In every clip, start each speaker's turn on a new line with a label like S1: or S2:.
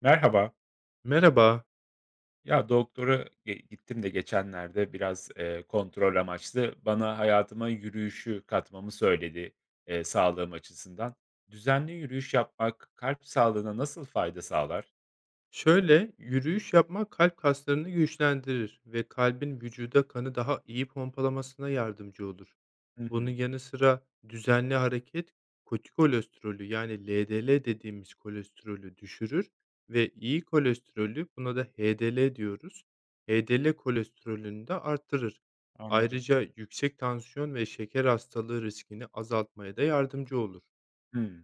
S1: Merhaba.
S2: Merhaba.
S1: Ya doktora gittim de geçenlerde biraz kontrol amaçlı bana hayatıma yürüyüşü katmamı söyledi sağlığım açısından. Düzenli yürüyüş yapmak kalp sağlığına nasıl fayda sağlar?
S2: Şöyle, yürüyüş yapmak kalp kaslarını güçlendirir ve kalbin vücuda kanı daha iyi pompalamasına yardımcı olur.
S1: Hı
S2: Bunun
S1: hı,
S2: yanı sıra düzenli hareket kolesterolü yani LDL dediğimiz kolesterolü düşürür ve iyi kolesterolü buna da HDL diyoruz. HDL kolesterolünü de arttırır.
S1: anladım.
S2: Ayrıca yüksek tansiyon ve şeker hastalığı riskini azaltmaya da yardımcı olur.
S1: Hmm.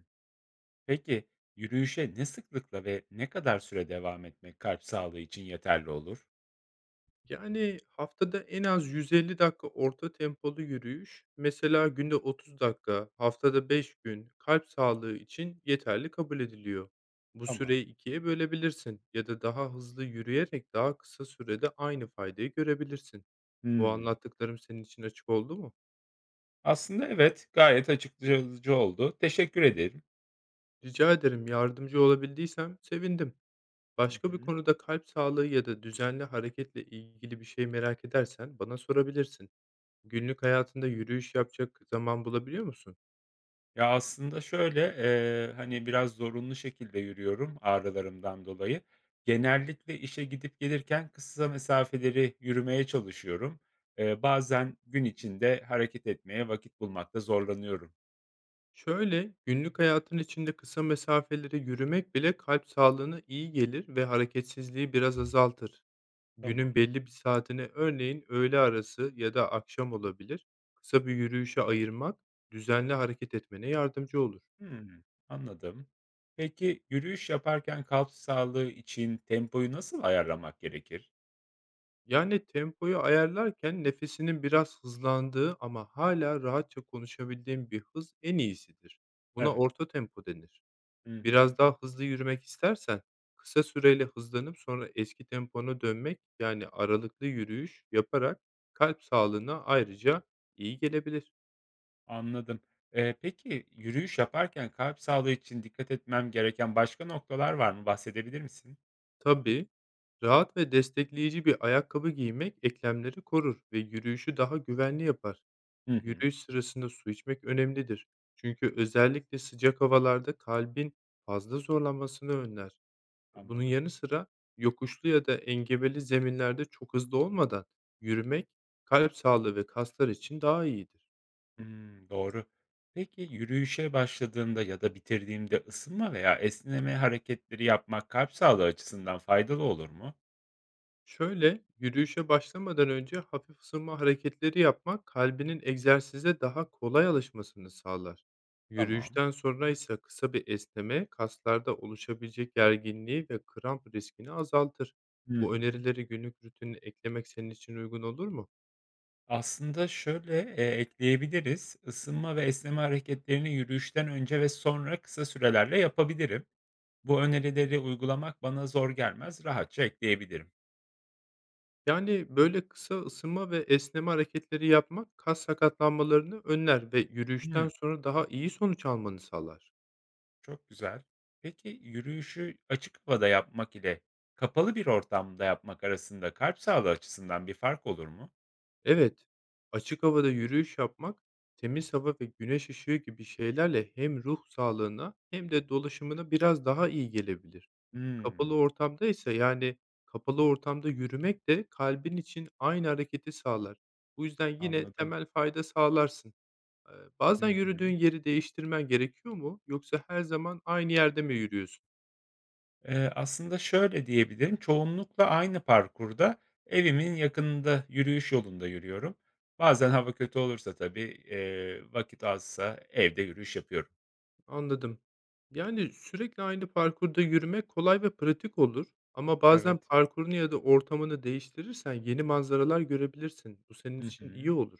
S1: Peki, yürüyüşe ne sıklıkla ve ne kadar süre devam etmek kalp sağlığı için yeterli olur?
S2: Yani, haftada en az 150 dakika orta tempolu yürüyüş, mesela günde 30 dakika, haftada 5 gün kalp sağlığı için yeterli kabul ediliyor. Bu
S1: Tamam.
S2: süreyi ikiye bölebilirsin ya da daha hızlı yürüyerek daha kısa sürede aynı faydayı görebilirsin. Bu
S1: Hmm.
S2: anlattıklarım senin için açık oldu mu?
S1: Aslında evet, gayet açıklayıcı oldu. Teşekkür ederim.
S2: Rica ederim, yardımcı olabildiysem sevindim.
S1: Hı
S2: Başka bir
S1: hı.
S2: konuda kalp sağlığı ya da düzenli hareketle ilgili bir şey merak edersen bana sorabilirsin. Günlük hayatında yürüyüş yapacak zaman bulabiliyor musun?
S1: Ya, aslında şöyle, hani, biraz zorunlu şekilde yürüyorum ağrılarımdan dolayı. Genellikle işe gidip gelirken kısa mesafeleri yürümeye çalışıyorum. Bazen gün içinde hareket etmeye vakit bulmakta zorlanıyorum.
S2: Şöyle, günlük hayatın içinde kısa mesafeleri yürümek bile kalp sağlığına iyi gelir ve hareketsizliği biraz azaltır. Günün
S1: Tamam.
S2: belli bir saatini örneğin öğle arası ya da akşam olabilir. Kısa bir yürüyüşe ayırmak düzenli hareket etmene yardımcı olur.
S1: Hımm, anladım. Peki, yürüyüş yaparken kalp sağlığı için tempoyu nasıl ayarlamak gerekir?
S2: Yani tempoyu ayarlarken nefesinin biraz hızlandığı ama hala rahatça konuşabildiğin bir hız en iyisidir. Buna
S1: Evet.
S2: orta tempo denir.
S1: Hı hı.
S2: Biraz daha hızlı yürümek istersen kısa süreyle hızlanıp sonra eski tempona dönmek, yani aralıklı yürüyüş yaparak kalp sağlığına ayrıca iyi gelebilir.
S1: Anladım. Peki, yürüyüş yaparken kalp sağlığı için dikkat etmem gereken başka noktalar var mı? Bahsedebilir misin?
S2: Tabii rahat ve destekleyici bir ayakkabı giymek eklemleri korur ve yürüyüşü daha güvenli yapar.
S1: Hı hı,
S2: Yürüyüş sırasında su içmek önemlidir. Çünkü özellikle sıcak havalarda kalbin fazla zorlanmasını önler. Bunun
S1: anladım.
S2: yanı sıra yokuşlu ya da engebeli zeminlerde çok hızlı olmadan yürümek kalp sağlığı ve kaslar için daha iyidir.
S1: Hımm, doğru. Peki, yürüyüşe başladığımda ya da bitirdiğimde ısınma veya esneme hareketleri yapmak kalp sağlığı açısından faydalı olur mu?
S2: Şöyle yürüyüşe başlamadan önce hafif ısınma hareketleri yapmak kalbinin egzersize daha kolay alışmasını sağlar.
S1: Tamam.
S2: Yürüyüşten sonra ise kısa bir esneme kaslarda oluşabilecek gerginliği ve kramp riskini azaltır.
S1: Hı
S2: Bu
S1: hı.
S2: önerileri günlük rutinine eklemek senin için uygun olur mu?
S1: Aslında şöyle, ekleyebiliriz. Isınma ve esneme hareketlerini yürüyüşten önce ve sonra kısa sürelerle yapabilirim. Bu önerileri uygulamak bana zor gelmez, rahatça ekleyebilirim.
S2: Yani, böyle kısa ısınma ve esneme hareketleri yapmak kas sakatlanmalarını önler ve yürüyüşten
S1: Hımm.
S2: sonra daha iyi sonuç almanı sağlar.
S1: Çok güzel. Peki, yürüyüşü açık havada yapmak ile kapalı bir ortamda yapmak arasında kalp sağlığı açısından bir fark olur mu?
S2: Evet, açık havada yürüyüş yapmak, temiz hava ve güneş ışığı gibi şeylerle hem ruh sağlığına hem de dolaşımına biraz daha iyi gelebilir. Kapalı
S1: Hımm,
S2: ortamda ise, yani, kapalı ortamda yürümek de kalbin için aynı hareketi sağlar. Bu yüzden yine
S1: anladım.
S2: temel fayda sağlarsın. Eee, Bazen
S1: Hı hı.
S2: yürüdüğün yeri değiştirmen gerekiyor mu yoksa her zaman aynı yerde mi yürüyorsun?
S1: Aslında şöyle diyebilirim, çoğunlukla aynı parkurda evimin yakınında, yürüyüş yolunda yürüyorum. Bazen hava kötü olursa tabii, vakit azsa evde yürüyüş yapıyorum.
S2: Anladım. Yani, sürekli aynı parkurda yürümek kolay ve pratik olur ama bazen
S1: Evet.
S2: parkurunu ya da ortamını değiştirirsen yeni manzaralar görebilirsin. Bu senin
S1: Hı
S2: için iyi
S1: hı.
S2: olur.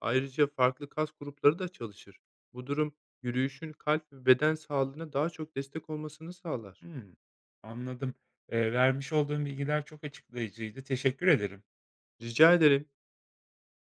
S2: Ayrıca farklı kas grupları da çalışır. Bu durum yürüyüşün kalp ve beden sağlığına daha çok destek olmasını sağlar.
S1: Hımm, anladım. Vermiş olduğum bilgiler çok açıklayıcıydı. Teşekkür ederim.
S2: Rica ederim.